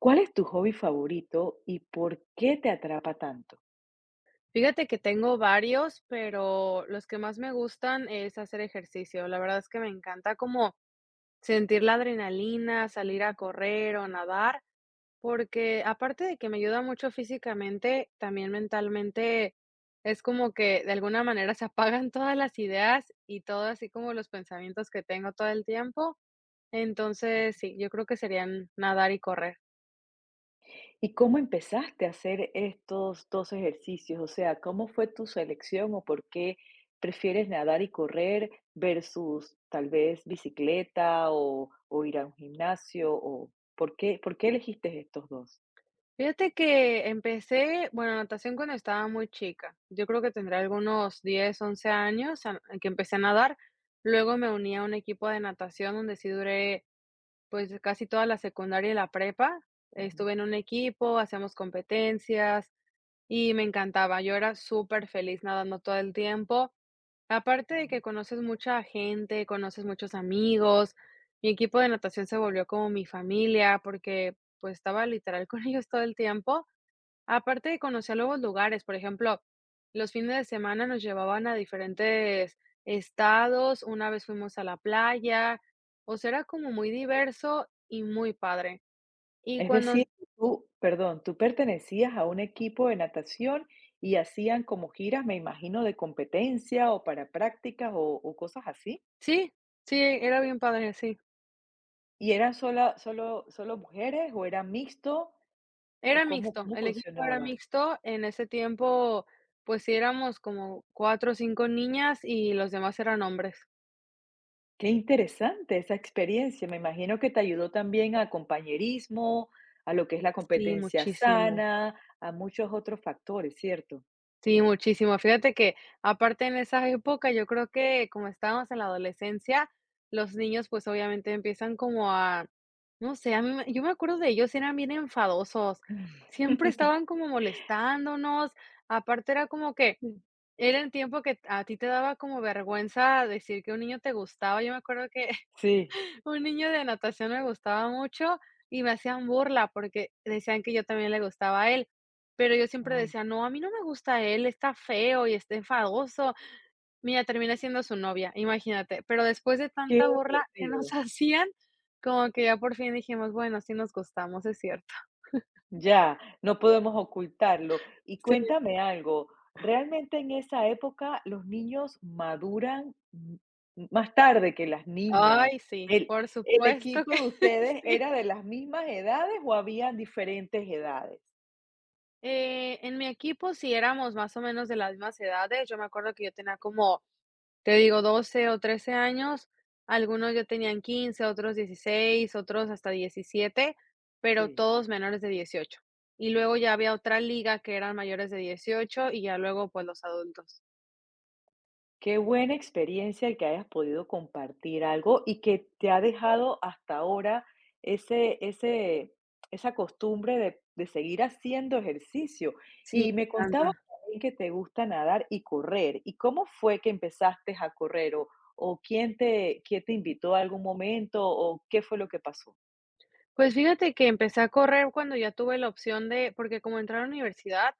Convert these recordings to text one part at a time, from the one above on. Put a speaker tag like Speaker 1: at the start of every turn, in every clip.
Speaker 1: ¿Cuál es tu hobby favorito y por qué te atrapa tanto?
Speaker 2: Fíjate que tengo varios, pero los que más me gustan es hacer ejercicio. La verdad es que me encanta como sentir la adrenalina, salir a correr o nadar, porque aparte de que me ayuda mucho físicamente, también mentalmente es como que de alguna manera se apagan todas las ideas y todo así como los pensamientos que tengo todo el tiempo. Entonces, sí, yo creo que serían nadar y correr.
Speaker 1: ¿Y cómo empezaste a hacer estos dos ejercicios? O sea, ¿cómo fue tu selección o por qué prefieres nadar y correr versus tal vez bicicleta o ir a un gimnasio? ¿O por qué elegiste estos dos?
Speaker 2: Fíjate que empecé, bueno, natación cuando estaba muy chica. Yo creo que tendré algunos 10 11 años en que empecé a nadar. Luego me uní a un equipo de natación donde sí duré pues casi toda la secundaria y la prepa.
Speaker 1: Ujú,
Speaker 2: Estuve en un equipo, hacíamos competencias y me encantaba. Yo era súper feliz nadando todo el tiempo. Aparte de que
Speaker 1: ujú.
Speaker 2: conoces mucha gente, conoces muchos amigos. Mi equipo de natación se volvió como mi familia porque pues estaba literal con ellos todo el tiempo. Aparte de conocer nuevos lugares, por ejemplo, los fines de semana nos llevaban a diferentes estados, una vez fuimos a la playa, o sea, era como muy diverso y muy padre. Y
Speaker 1: Es
Speaker 2: cuando
Speaker 1: decir, tú, perdón, tú pertenecías a un equipo de natación y hacían como giras, me imagino, de competencia o para prácticas o cosas así.
Speaker 2: sí, sí, era bien padre, sí.
Speaker 1: ¿Y eran sola solo solo mujeres o era mixto
Speaker 2: Era
Speaker 1: o cómo
Speaker 2: mixto,
Speaker 1: cómo
Speaker 2: el equipo era
Speaker 1: funcionaba?
Speaker 2: mixto, en ese tiempo, pues sí éramos como 4 o 5 niñas y los demás eran hombres.
Speaker 1: Qué interesante esa experiencia. Me imagino que te ayudó también a compañerismo, a lo que es la
Speaker 2: Sí,
Speaker 1: competencia
Speaker 2: muchísimo.
Speaker 1: sana, a muchos otros factores, ¿cierto?
Speaker 2: Sí, muchísimo. Fíjate que aparte en esa época, yo creo que como estábamos en la adolescencia, los niños pues obviamente empiezan como a, no sé, a mí me yo me acuerdo de ellos, eran bien enfadosos, siempre estaban como molestándonos, aparte era como que era el tiempo que a ti te daba como vergüenza decir que un niño te gustaba, yo me acuerdo que
Speaker 1: Sí.
Speaker 2: un niño de natación me gustaba mucho y me hacían burla porque decían que yo también le gustaba a él, pero yo siempre
Speaker 1: Ay,
Speaker 2: decía: "No, a mí no me gusta él, está feo y está enfadoso". Mira, terminé siendo su novia, imagínate, pero después de
Speaker 1: qué
Speaker 2: tanta burla que nos
Speaker 1: divertido.
Speaker 2: hacían, como que ya por fin dijimos: "Bueno, sí nos gustamos, es cierto".
Speaker 1: Ya, no podemos ocultarlo. Y
Speaker 2: Sí.
Speaker 1: cuéntame algo, ¿realmente en esa época los niños maduran más tarde que las niñas?
Speaker 2: Ay, sí,
Speaker 1: ¿El,
Speaker 2: por
Speaker 1: el
Speaker 2: supuesto
Speaker 1: equipo
Speaker 2: que
Speaker 1: de ustedes
Speaker 2: sí.
Speaker 1: era de las mismas edades o había diferentes edades?
Speaker 2: En mi equipo sí éramos más o menos de las mismas edades, yo me acuerdo que yo tenía como te digo, 12 o 13 años, algunos ya tenían 15, otros 16, otros hasta 17, pero
Speaker 1: Sí.
Speaker 2: todos menores de 18. Y luego ya había otra liga que eran mayores de 18 y ya luego, pues, los adultos.
Speaker 1: Qué buena experiencia el que hayas podido compartir algo y que te ha dejado hasta ahora ese, ese, esa costumbre de seguir haciendo ejercicio.
Speaker 2: Sí,
Speaker 1: Y me
Speaker 2: me
Speaker 1: contabas
Speaker 2: encanta.
Speaker 1: también que te gusta nadar y correr. ¿Y cómo fue que empezaste a correr? O quién te invitó a algún momento? ¿O qué fue lo que pasó?
Speaker 2: Pues fíjate que empecé a correr cuando ya tuve la opción de porque como entré a la universidad,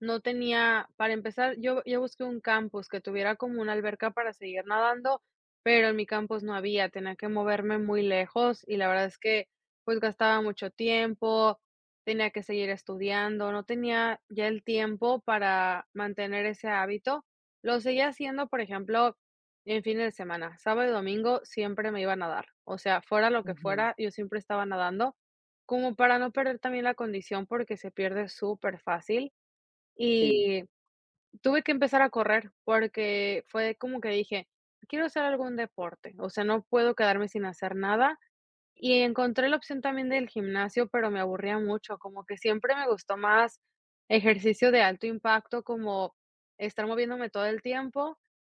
Speaker 2: no tenía para empezar, yo busqué un campus que tuviera como una alberca para seguir nadando, pero en mi campus no había, tenía que moverme muy lejos y la verdad es que, pues, gastaba mucho tiempo, tenía que seguir estudiando, no tenía ya el tiempo para mantener ese hábito. Lo seguía haciendo, por ejemplo, en fin de semana, sábado y domingo siempre me iba a nadar, o sea, fuera lo que
Speaker 1: Ujú.
Speaker 2: fuera, yo siempre estaba nadando, como para no perder también la condición porque se pierde súper fácil.
Speaker 1: Sí,
Speaker 2: Y tuve que empezar a correr porque fue como que dije, quiero hacer algún deporte, o sea, no puedo quedarme sin hacer nada. Y encontré la opción también del gimnasio, pero me aburría mucho, como que siempre me gustó más ejercicio de alto impacto, como estar moviéndome todo el tiempo.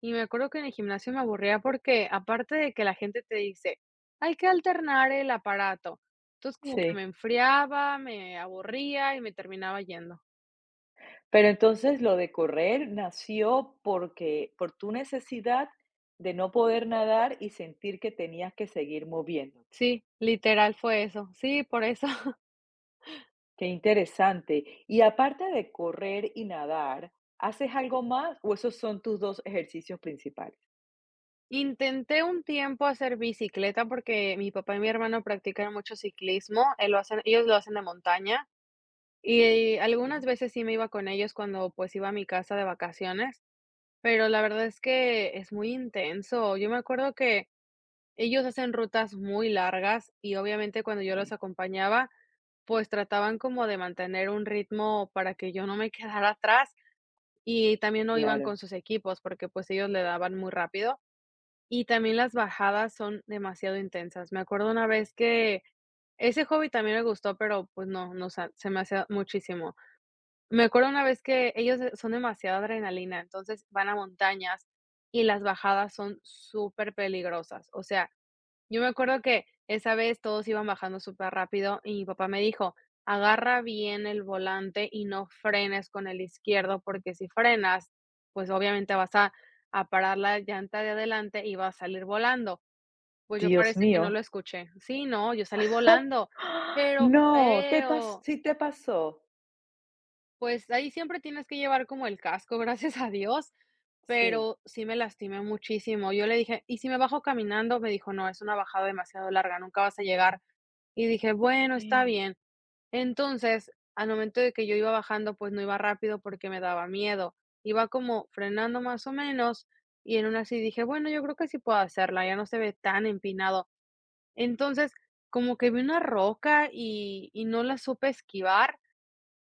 Speaker 2: Y me acuerdo que en el gimnasio me aburría porque aparte de que la gente te dice, hay que alternar el aparato. Entonces como que me
Speaker 1: sí.
Speaker 2: enfriaba, me aburría y me terminaba yendo.
Speaker 1: Pero entonces lo de correr nació porque por tu necesidad de no poder nadar y sentir que tenías que seguir moviéndote.
Speaker 2: Sí, literal fue eso. Sí, por eso.
Speaker 1: Qué interesante. Y aparte de correr y nadar, ¿haces algo más o esos son tus dos ejercicios principales?
Speaker 2: Intenté un tiempo hacer bicicleta porque mi papá y mi hermano practican mucho ciclismo, lo hacen de montaña y algunas
Speaker 1: Ujú.
Speaker 2: veces sí me iba con ellos cuando, pues, iba a mi casa de vacaciones, pero la verdad es que es muy intenso. Yo me acuerdo que ellos hacen rutas muy largas y obviamente cuando yo los acompañaba, pues, trataban como de mantener un ritmo para que yo no me quedara atrás y también no iban con
Speaker 1: Claro.
Speaker 2: sus equipos porque, pues, ellos le daban muy rápido. Y también las bajadas son demasiado intensas. Me acuerdo una vez que ese hobby también me gustó, pero, pues, no, no, o sea, se me hacía muchísimo. Me acuerdo una vez que ellos, son demasiada adrenalina, entonces van a montañas y las bajadas son súper peligrosas. O sea, yo me acuerdo que esa vez todos iban bajando súper rápido y mi papá me dijo: "Agarra bien el volante y no frenes con el izquierdo, porque si frenas, pues, obviamente vas a parar la llanta de adelante y vas a salir volando". Pues, yo
Speaker 1: Dios
Speaker 2: parece que no lo
Speaker 1: mío.
Speaker 2: escuché. Sí, no, yo salí volando, pero
Speaker 1: No, te pas
Speaker 2: feo.
Speaker 1: sí te pasó.
Speaker 2: Pues, ahí siempre tienes que llevar como el casco, gracias a Dios,
Speaker 1: Sí.
Speaker 2: pero sí me lastimé muchísimo. Yo le dije: "¿Y si me bajo caminando?". Me dijo: "No, es una bajada demasiado larga, nunca vas a llegar". Y dije: "Bueno, está bien". Entonces, al momento de que yo iba bajando, pues, no iba rápido porque me daba miedo. Iba como frenando más o menos, y en una así dije: "Bueno, yo creo que sí puedo hacerla, ya no se ve tan empinado". Entonces, como que vi una roca y no la supe esquivar,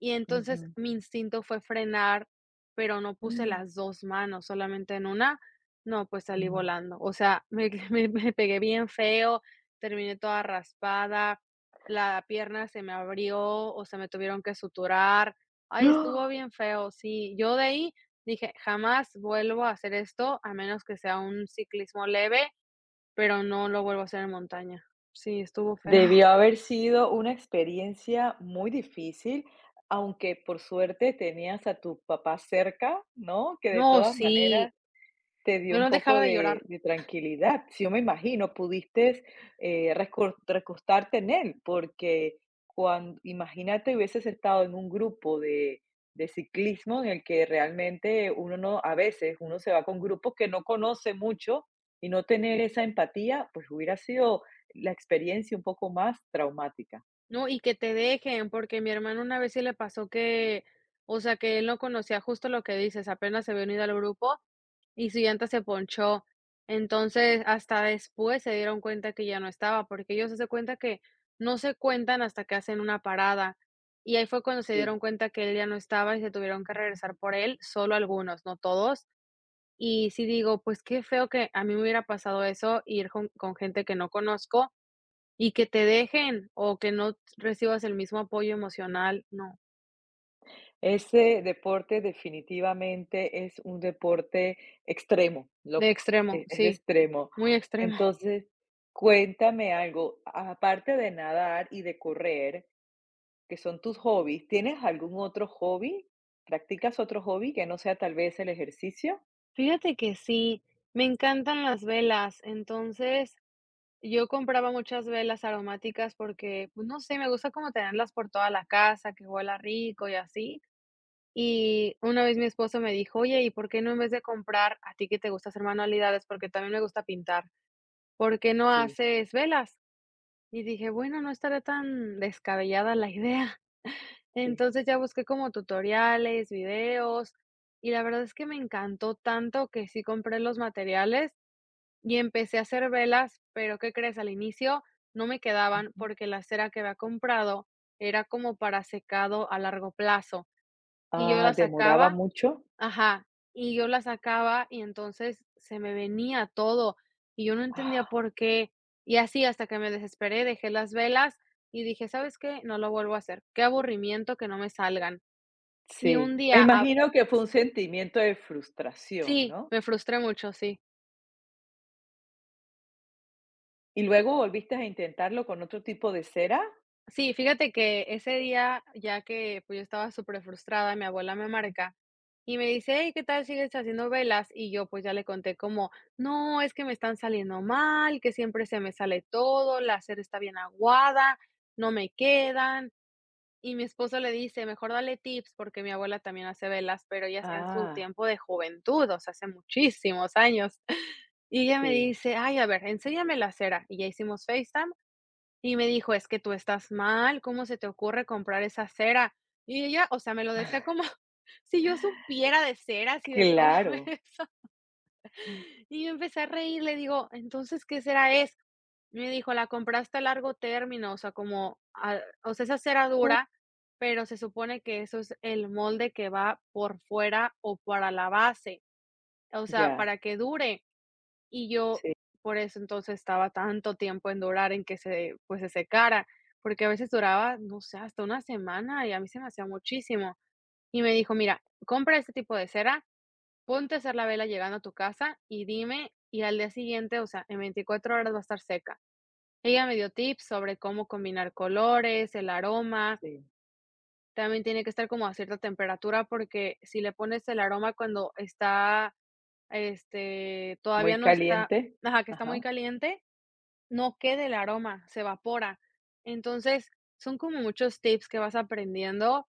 Speaker 2: y entonces
Speaker 1: Ujú.
Speaker 2: mi instinto fue frenar, pero no puse las 2 manos, solamente en una, no, pues salí
Speaker 1: Mm.
Speaker 2: volando. O sea, me me pegué bien feo, terminé toda raspada, la pierna se me abrió, o sea, me tuvieron que suturar. Ay, estuvo bien feo, sí. Yo de ahí dije: "Jamás vuelvo a hacer esto, a menos que sea un ciclismo leve, pero no lo vuelvo a hacer en montaña". Sí, estuvo feo.
Speaker 1: Debió haber sido una experiencia muy difícil, aunque por suerte tenías a tu papá cerca, ¿no? Que de
Speaker 2: No,
Speaker 1: todas
Speaker 2: sí,
Speaker 1: maneras te dio
Speaker 2: yo
Speaker 1: un
Speaker 2: no
Speaker 1: poco
Speaker 2: dejaba de
Speaker 1: de
Speaker 2: llorar.
Speaker 1: de tranquilidad. Si yo me imagino, pudiste, recor recostarte en él, porque cuando imagínate, hubieses estado en un grupo de ciclismo en el que realmente uno no a veces uno se va con grupos que no conoce mucho y no tener esa empatía, pues hubiera sido la experiencia un poco más traumática.
Speaker 2: No, y que te dejen, porque mi hermano una vez sí le pasó que, o sea, que él no conocía justo lo que dices, apenas se había unido al grupo y su llanta se ponchó. Entonces, hasta después se dieron cuenta que ya no estaba, porque ellos se dan cuenta que no se cuentan hasta que hacen una parada. Y ahí fue cuando se
Speaker 1: Sí.
Speaker 2: dieron cuenta que él ya no estaba y se tuvieron que regresar por él, solo algunos, no todos. Y sí digo, pues qué feo que a mí me hubiera pasado eso, ir con, gente que no conozco y que te dejen, o que no recibas el mismo apoyo emocional, no.
Speaker 1: Ese deporte definitivamente es un deporte extremo,
Speaker 2: De
Speaker 1: lo
Speaker 2: extremo,
Speaker 1: e es
Speaker 2: sí,
Speaker 1: extremo.
Speaker 2: muy extremo.
Speaker 1: Entonces, cuéntame algo, a aparte de nadar y de correr, que son tus hobbies, ¿tienes algún otro hobby? ¿Practicas otro hobby que no sea tal vez el ejercicio?
Speaker 2: Fíjate que sí, me encantan las velas, entonces, yo compraba muchas velas aromáticas porque, pues, no sé, me gusta como tenerlas por toda la casa, que huela rico y así. Y una vez mi esposo me dijo: "Oye, ¿y por qué no en vez de comprar", a ti que te gusta hacer manualidades, porque también me gusta pintar, "¿por qué no
Speaker 1: Sí,
Speaker 2: haces velas?". Y dije: "Bueno, no estará tan descabellada la idea".
Speaker 1: sí.
Speaker 2: Entonces, ya busqué como tutoriales, videos, y la verdad es que me encantó tanto que sí compré los materiales y empecé a hacer velas, pero, ¿qué crees? Al inicio no me quedaban
Speaker 1: Ujú.
Speaker 2: porque la cera que había comprado era como para secado a largo plazo, y yo
Speaker 1: Ah,
Speaker 2: la
Speaker 1: ¿demoraba
Speaker 2: sacaba.
Speaker 1: mucho?
Speaker 2: Ajá, y yo la sacaba y entonces se me venía todo, y yo no entendía
Speaker 1: Ah,
Speaker 2: por qué. Y así hasta que me desesperé, dejé las velas y dije: "¿Sabes qué? No lo vuelvo a hacer. Qué aburrimiento que no me salgan". Y un
Speaker 1: sí. Me
Speaker 2: día a
Speaker 1: imagino que fue un sentimiento de frustración,
Speaker 2: Sí,
Speaker 1: ¿no?
Speaker 2: me frustré mucho, sí.
Speaker 1: ¿Y luego volviste a intentarlo con otro tipo de cera?
Speaker 2: Sí, fíjate que ese día, ya que, pues, yo estaba súper frustrada, mi abuela me marca y me dice: "Hey, ¿qué tal sigues haciendo velas?". Y yo, pues, ya le conté como: "No, es que me están saliendo mal, que siempre se me sale todo, la cera está bien aguada, no me quedan". Y mi esposo le dice: "Mejor dale tips", porque mi abuela también hace velas, pero ella está en su
Speaker 1: Ah.
Speaker 2: tiempo de juventud, o sea, hace muchísimos años. Y ella me
Speaker 1: Sí,
Speaker 2: dice: "Ay, a ver, enséñame la cera". Y ya hicimos FaceTime y me dijo: "Es que tú estás mal, ¿cómo se te ocurre comprar esa cera?". Y ella, o sea, me lo decía como si yo supiera de ceras y de todo
Speaker 1: claro.
Speaker 2: eso. Y yo empecé a reír, le digo: "Entonces, ¿qué cera es?". Me dijo: "La compraste a largo término, o sea, como a o sea, esa cera
Speaker 1: Mm.
Speaker 2: dura, pero se supone que eso es el molde que va por fuera o para la base, o sea,
Speaker 1: Ya,
Speaker 2: para que dure". Y yo,
Speaker 1: sí,
Speaker 2: por eso entonces estaba tanto tiempo en durar en que se, pues, se secara, porque a veces duraba, no sé, hasta una semana y a mí se me hacía muchísimo. Y me dijo, mira, compra este tipo de cera, ponte a hacer la vela llegando a tu casa y dime, y al día siguiente, o sea, en 24 horas va a estar seca. Ella me dio tips sobre cómo combinar colores, el aroma,
Speaker 1: sí.
Speaker 2: también tiene que estar como a cierta temperatura porque si le pones el aroma cuando está, todavía
Speaker 1: Muy
Speaker 2: no está,
Speaker 1: caliente.
Speaker 2: ajá, que está muy
Speaker 1: Ajá.
Speaker 2: caliente, no queda el aroma, se evapora. Entonces, son como muchos tips que vas aprendiendo,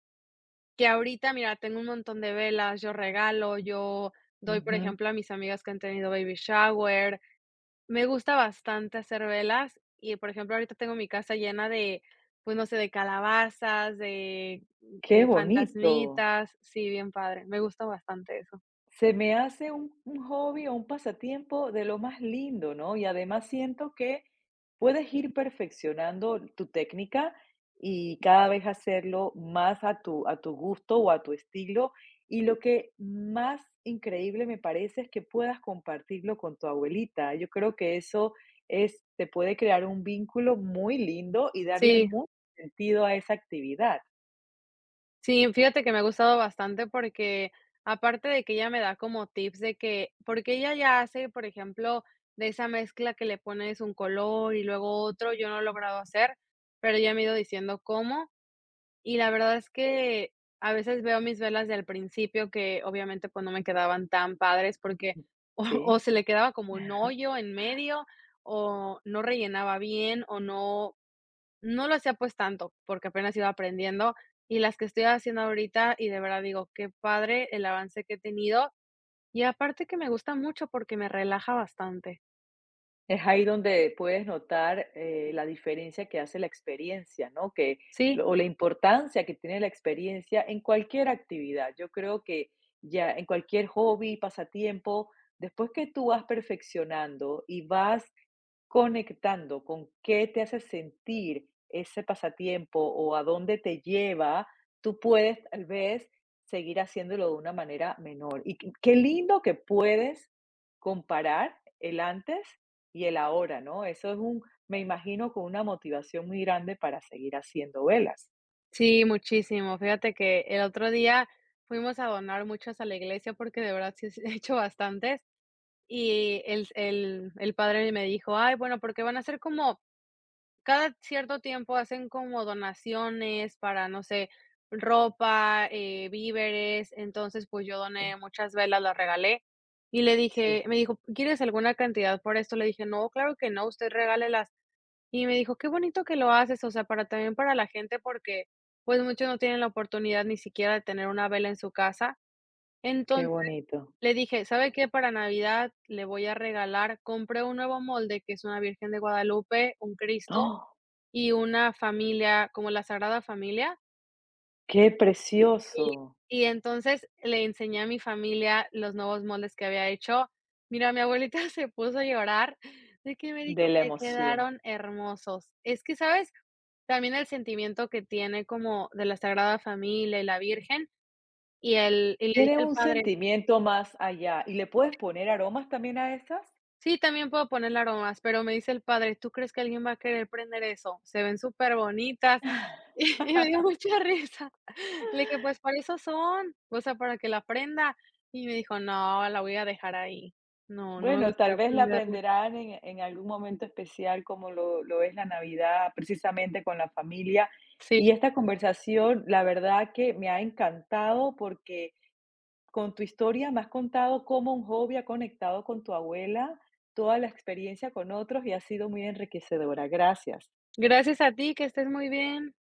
Speaker 2: que ahorita, mira, tengo un montón de velas, yo regalo, yo doy, por
Speaker 1: Ujú.
Speaker 2: ejemplo, a mis amigas que han tenido baby shower. Me gusta bastante hacer velas y, por ejemplo, ahorita tengo mi casa llena de, pues, no sé, de calabazas, de,
Speaker 1: Qué bonito.
Speaker 2: fantasmitas. Sí, bien padre. Me gusta bastante eso.
Speaker 1: Se me hace un hobby o un pasatiempo de lo más lindo, ¿no? Y además siento que puedes ir perfeccionando tu técnica y cada vez hacerlo más a tu gusto o a tu estilo. Y lo que más increíble me parece es que puedas compartirlo con tu abuelita. Yo creo que eso es, te puede crear un vínculo muy lindo y darle
Speaker 2: Sí.
Speaker 1: mucho sentido a esa actividad,
Speaker 2: Sí, fíjate que me ha gustado bastante porque, aparte de que ella me da como tips de que porque ella ya hace, por ejemplo, de esa mezcla que le pones un color y luego otro, yo no he logrado hacer, pero ella me ha ido diciendo cómo, y la verdad es que a veces veo mis velas del principio que, obviamente, pues, no me quedaban tan padres porque o o
Speaker 1: ¿sí?
Speaker 2: se le quedaba como un hoyo en medio, o no rellenaba bien, o no lo hacía, pues, tanto, porque apenas iba aprendiendo, y las que estoy haciendo ahorita, y de verdad digo, qué padre el avance que he tenido, y aparte que me gusta mucho porque me relaja bastante.
Speaker 1: Es ahí donde puedes notar, la diferencia que hace la experiencia, ¿no? Que
Speaker 2: Sí,
Speaker 1: O la importancia que tiene la experiencia en cualquier actividad. Yo creo que ya en cualquier hobby, pasatiempo, después que tú vas perfeccionando y vas conectando con qué te hace sentir ese pasatiempo o a dónde te lleva, tú puedes tal vez seguir haciéndolo de una manera menor. Y qué lindo que puedes comparar el antes y el ahora, ¿no? Eso es un, me imagino, con una motivación muy grande para seguir haciendo velas.
Speaker 2: sí, muchísimo. Fíjate que el otro día fuimos a donar muchas a la iglesia, porque de verdad sí he hecho bastantes, y el padre me dijo: "Ay, bueno, porque van a ser como cada cierto tiempo hacen como donaciones para, no sé, ropa, víveres". Entonces, pues yo
Speaker 1: Eh,
Speaker 2: doné muchas velas, las regalé y le
Speaker 1: Sí,
Speaker 2: dije, me dijo, ¿quieres alguna cantidad por esto? Le dije, no, claro que no, usted regálelas. Y me dijo, qué bonito que lo haces, o sea, para también para la gente, porque pues muchos no tienen la oportunidad ni siquiera de tener una vela en su casa.
Speaker 1: qué
Speaker 2: Entonces
Speaker 1: bonito.
Speaker 2: le dije, ¿sabe qué? Para Navidad le voy a regalar, compré un nuevo molde que es una Virgen de Guadalupe, un Cristo
Speaker 1: ¡Oh,
Speaker 2: y una familia, como la Sagrada Familia,
Speaker 1: qué
Speaker 2: y
Speaker 1: precioso!
Speaker 2: entonces le enseñé a mi familia los nuevos moldes que había hecho. Mira, mi abuelita se puso a llorar de que me dijo:
Speaker 1: De la
Speaker 2: "Te
Speaker 1: emoción.
Speaker 2: quedaron hermosos". Es que, ¿sabes? También el sentimiento que tiene como de la Sagrada Familia y la Virgen, y le dije
Speaker 1: Tiene
Speaker 2: al
Speaker 1: un
Speaker 2: padre.
Speaker 1: sentimiento más allá. ¿Y le puedes poner aromas también a esas?
Speaker 2: Sí, también puedo ponerle aromas, pero me dice el padre: "¿Tú crees que alguien va a querer prender eso? Se ven súper bonitas". Y me dio mucha risa. Le dije: "Pues para eso son, o sea, para que la prenda". Y me dijo: "No, la voy a dejar ahí. No, no me
Speaker 1: Bueno, tal
Speaker 2: gustaría
Speaker 1: vez la
Speaker 2: prenderla".
Speaker 1: aprenderán en algún momento especial como lo es la Navidad, precisamente con la familia.
Speaker 2: Sí,
Speaker 1: Y esta conversación, la verdad que me ha encantado porque con tu historia me has contado cómo un hobby ha conectado con tu abuela, toda la experiencia con otros y ha sido muy enriquecedora. Gracias.
Speaker 2: gracias a ti, que estés muy bien.